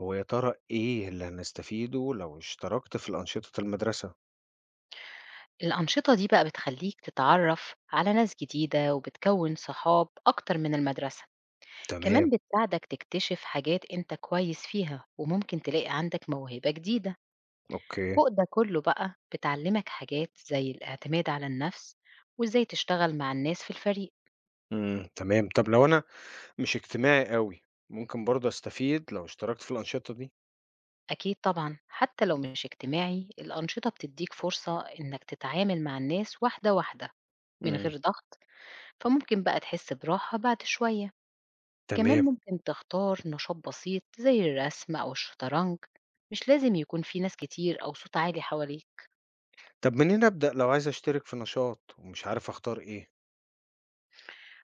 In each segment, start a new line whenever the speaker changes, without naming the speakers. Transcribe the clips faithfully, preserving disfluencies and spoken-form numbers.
هو يا ترى إيه اللي هنستفيده لو اشتركت في الأنشطة المدرسة؟
الأنشطة دي بقى بتخليك تتعرف على ناس جديدة وبتكون صحاب أكتر من المدرسة.
تمام،
كمان بتساعدك تكتشف حاجات أنت كويس فيها وممكن تلاقي عندك موهبة جديدة.
أوكي،
فوق ده كله بقى بتعلمك حاجات زي الاعتماد على النفس وإزاي تشتغل مع الناس في الفريق.
إمم، تمام، طب لو أنا مش اجتماعي أوي، ممكن برضه أستفيد لو اشتركت في الأنشطة دي؟
أكيد طبعا، حتى لو مش اجتماعي الأنشطة بتديك فرصة إنك تتعامل مع الناس واحدة واحدة من
إمم،
غير ضغط. فممكن بقى تحس براحة بعد شوية. كمان
تمام،
ممكن تختار نشاط بسيط زي الرسم أو الشطرنج، مش لازم يكون في ناس كتير أو صوت عالي حواليك.
طب منين أبدأ لو عايز أشترك في نشاط ومش عارف أختار إيه؟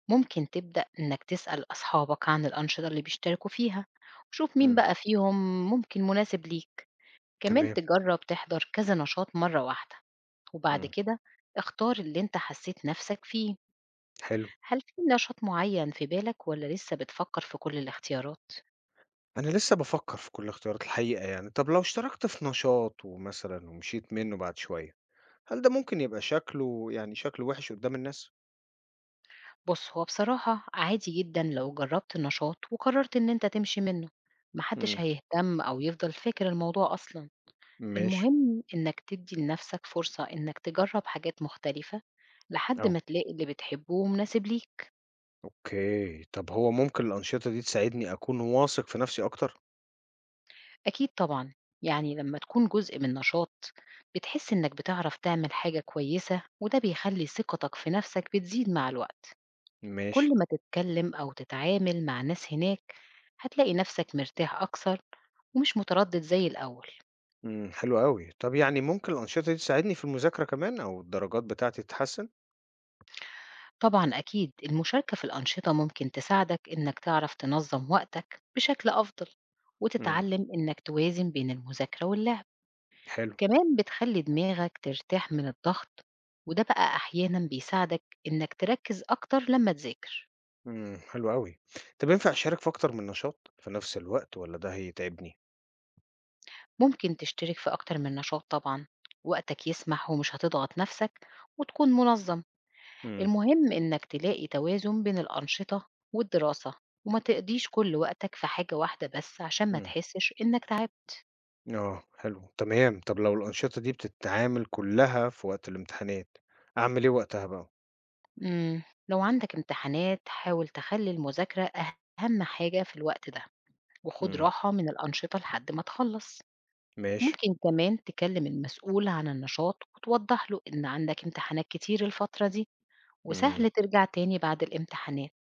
ممكن تبدأ إنك تسأل أصحابك عن الأنشطة اللي بيشتركوا فيها وشوف مين
إمم،
بقى فيهم ممكن مناسب ليك. كمان
تمام،
تجرب تحضر كذا نشاط مرة واحدة، وبعد
إمم،
كده اختار اللي انت حسيت نفسك فيه.
حلو،
هل في نشاط معين في بالك ولا لسه بتفكر في كل الاختيارات؟
أنا لسه بافكر في كل الاختيارات الحقيقة يعني، طب لو اشتركت في نشاط ومثلًا ومشيت منه بعد شوية، هل ده ممكن يبقى شكله يعني شكله وحِش قدّام الناس؟
بُص، هو بصراحة عادي جدًا لو جرّبت النشاط وقررت إن أنت تمشي منه، ما حدش
إمم،
هيهتم أو يفضل فاكر الموضوع أصلًا.
ماشي،
المهم إنك تدّي لنفسك فرصة إنك تجرّب حاجات مختلفة لحد
آه.
ما تلاقي اللي بتحبه ومناسب ليك.
أوكي، طب هو ممكن الأنشطة دي تساعدني أكون واثق في نفسي أكتر؟
أكيد طبعًا، يعني لمّا تكون جزء من نشاط بتحس إنك بتعرف تعمل حاجة كويسة وده بيخلّي ثقتك في نفسك بتزيد مع الوقت.
ماشي،
كل ما تتكلم أو تتعامل مع ناس هناك هتلاقي نفسك مرتاح أكثر ومش متردد زي الأول.
إمم، حلو أوي. طب يعني ممكن الأنشطة دي تساعدني في المذاكرة كمان أو الدرجات بتاعتي تتحسن؟
طبعا أكيد المشاركة في الأنشطة ممكن تساعدك إنك تعرف تنظم وقتك بشكل أفضل
إمم،
وتتعلم إنك توازن بين المذاكرة واللعب.
حلو،
كمان بتخلي دماغك ترتاح من الضغط، وده بقى أحيانا بيساعدك إنك تركز أكتر لما تذاكر.
إمم، حلو أوي. طب ينفع أشارك في أكتر من نشاط في نفس الوقت والّا ده هيتعبني؟
ممكن تشترك في أكتر من نشاط طبعا، وقتك يسمح ومش هتضغط نفسك وتكون منظم.
إمم،
المهم إنك تلاقي توازن بين الأنشطة والدراسة وما تقضيش كل وقتك في حاجة واحدة بس عشان ما
إمم،
تحسش إنك تعبت.
آه، حلو، تمام. طب لو الأنشطة دي بتتعامل كلها في وقت الامتحانات، أعمل إيه وقتها بقى؟
مم. لو عندك امتحانات حاول تخلي المذاكرة أهم حاجة في الوقت ده، وخد
إمم،
راحة من الأنشطة لحد ما تخلص.
ماشي،
ممكن كمان تكلم المسؤول عن النشاط وتوضح له إن عندك امتحانات كتير الفترة دي،
إمم.
وسهل ترجع تاني بعد الامتحانات.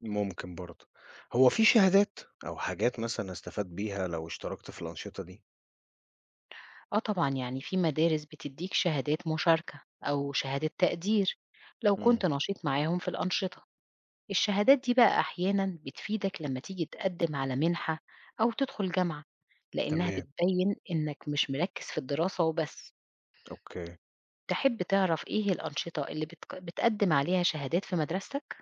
ممكن برضه. هو في شهادات أو حاجات مثلًا أستفاد بيها لو اشتركت في الأنشطة دي؟
آه طبعًا، يعني في مدارس بتدّيك شهادات مشاركة أو شهادة تقدير لو
إمم،
كنت نشيط معاهم في الأنشطة. الشهادات دي بقى أحيانًا بتفيدك لمّا تيجي تقدّم على منحة أو تدخل جامعة، لإنها
تمام،
بتبيّن إنك مش مركّز في الدراسة وبس.
أوكي.
تحب تعرف إيه الأنشطة اللي بتق بتقدّم عليها شهادات في مدرستك؟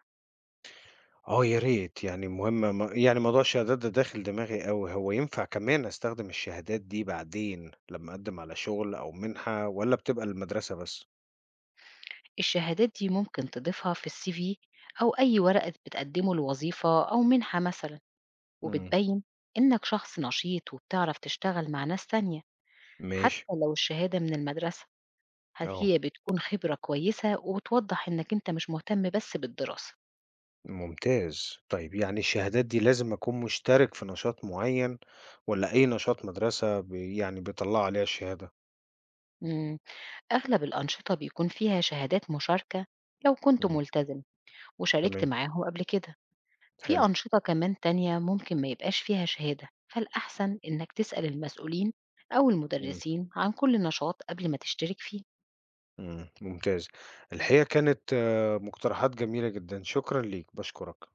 آه يا ريت، يعني مهم م يعني موضوع الشهادات ده داخل دماغي أوي، هو ينفع كمان أستخدم الشهادات دي بعدين لمّا أقدم على شغل أو منحة والّا بتبقى للمدرسة بس؟
الشهادات دي ممكن تضيفها في الCV أو أي ورقة بتقدّمه لوظيفة أو منحة مثلًا،
إمم،
وبتبيّن إنك شخص نشيط وبتعرف تشتغل مع ناس تانية.
ماشي،
حتى لو الشهادة من المدرسة، هت
آه،
هي بتكون خبرة كويسة وبتوضّح إنّك أنت مش مهتم بس بالدراسة.
ممتاز. طيب يعني الشهادات دي لازم أكون مشترك في نشاط معين والّا أي نشاط مدرسة ب يعني بيطلّعوا عليها الشهادة؟
إمم، أغلب الأنشطة بيكون فيها شهادات مشاركة لو كنت
إمم،
ملتزم وشاركت
تمام،
معاهم قبل كده. في
حلو.
أنشطة كمان تانية ممكن ما يبقاش فيها شهادة، فالأحسن إنّك تسأل المسؤولين أو
إمم.
المدرسين عن كل نشاط قبل ما تشترك فيه.
إمم، ممتاز. الحقيقة كانت آه، مقترحات جميلة جدًا، شكرًا ليك، باشكرك.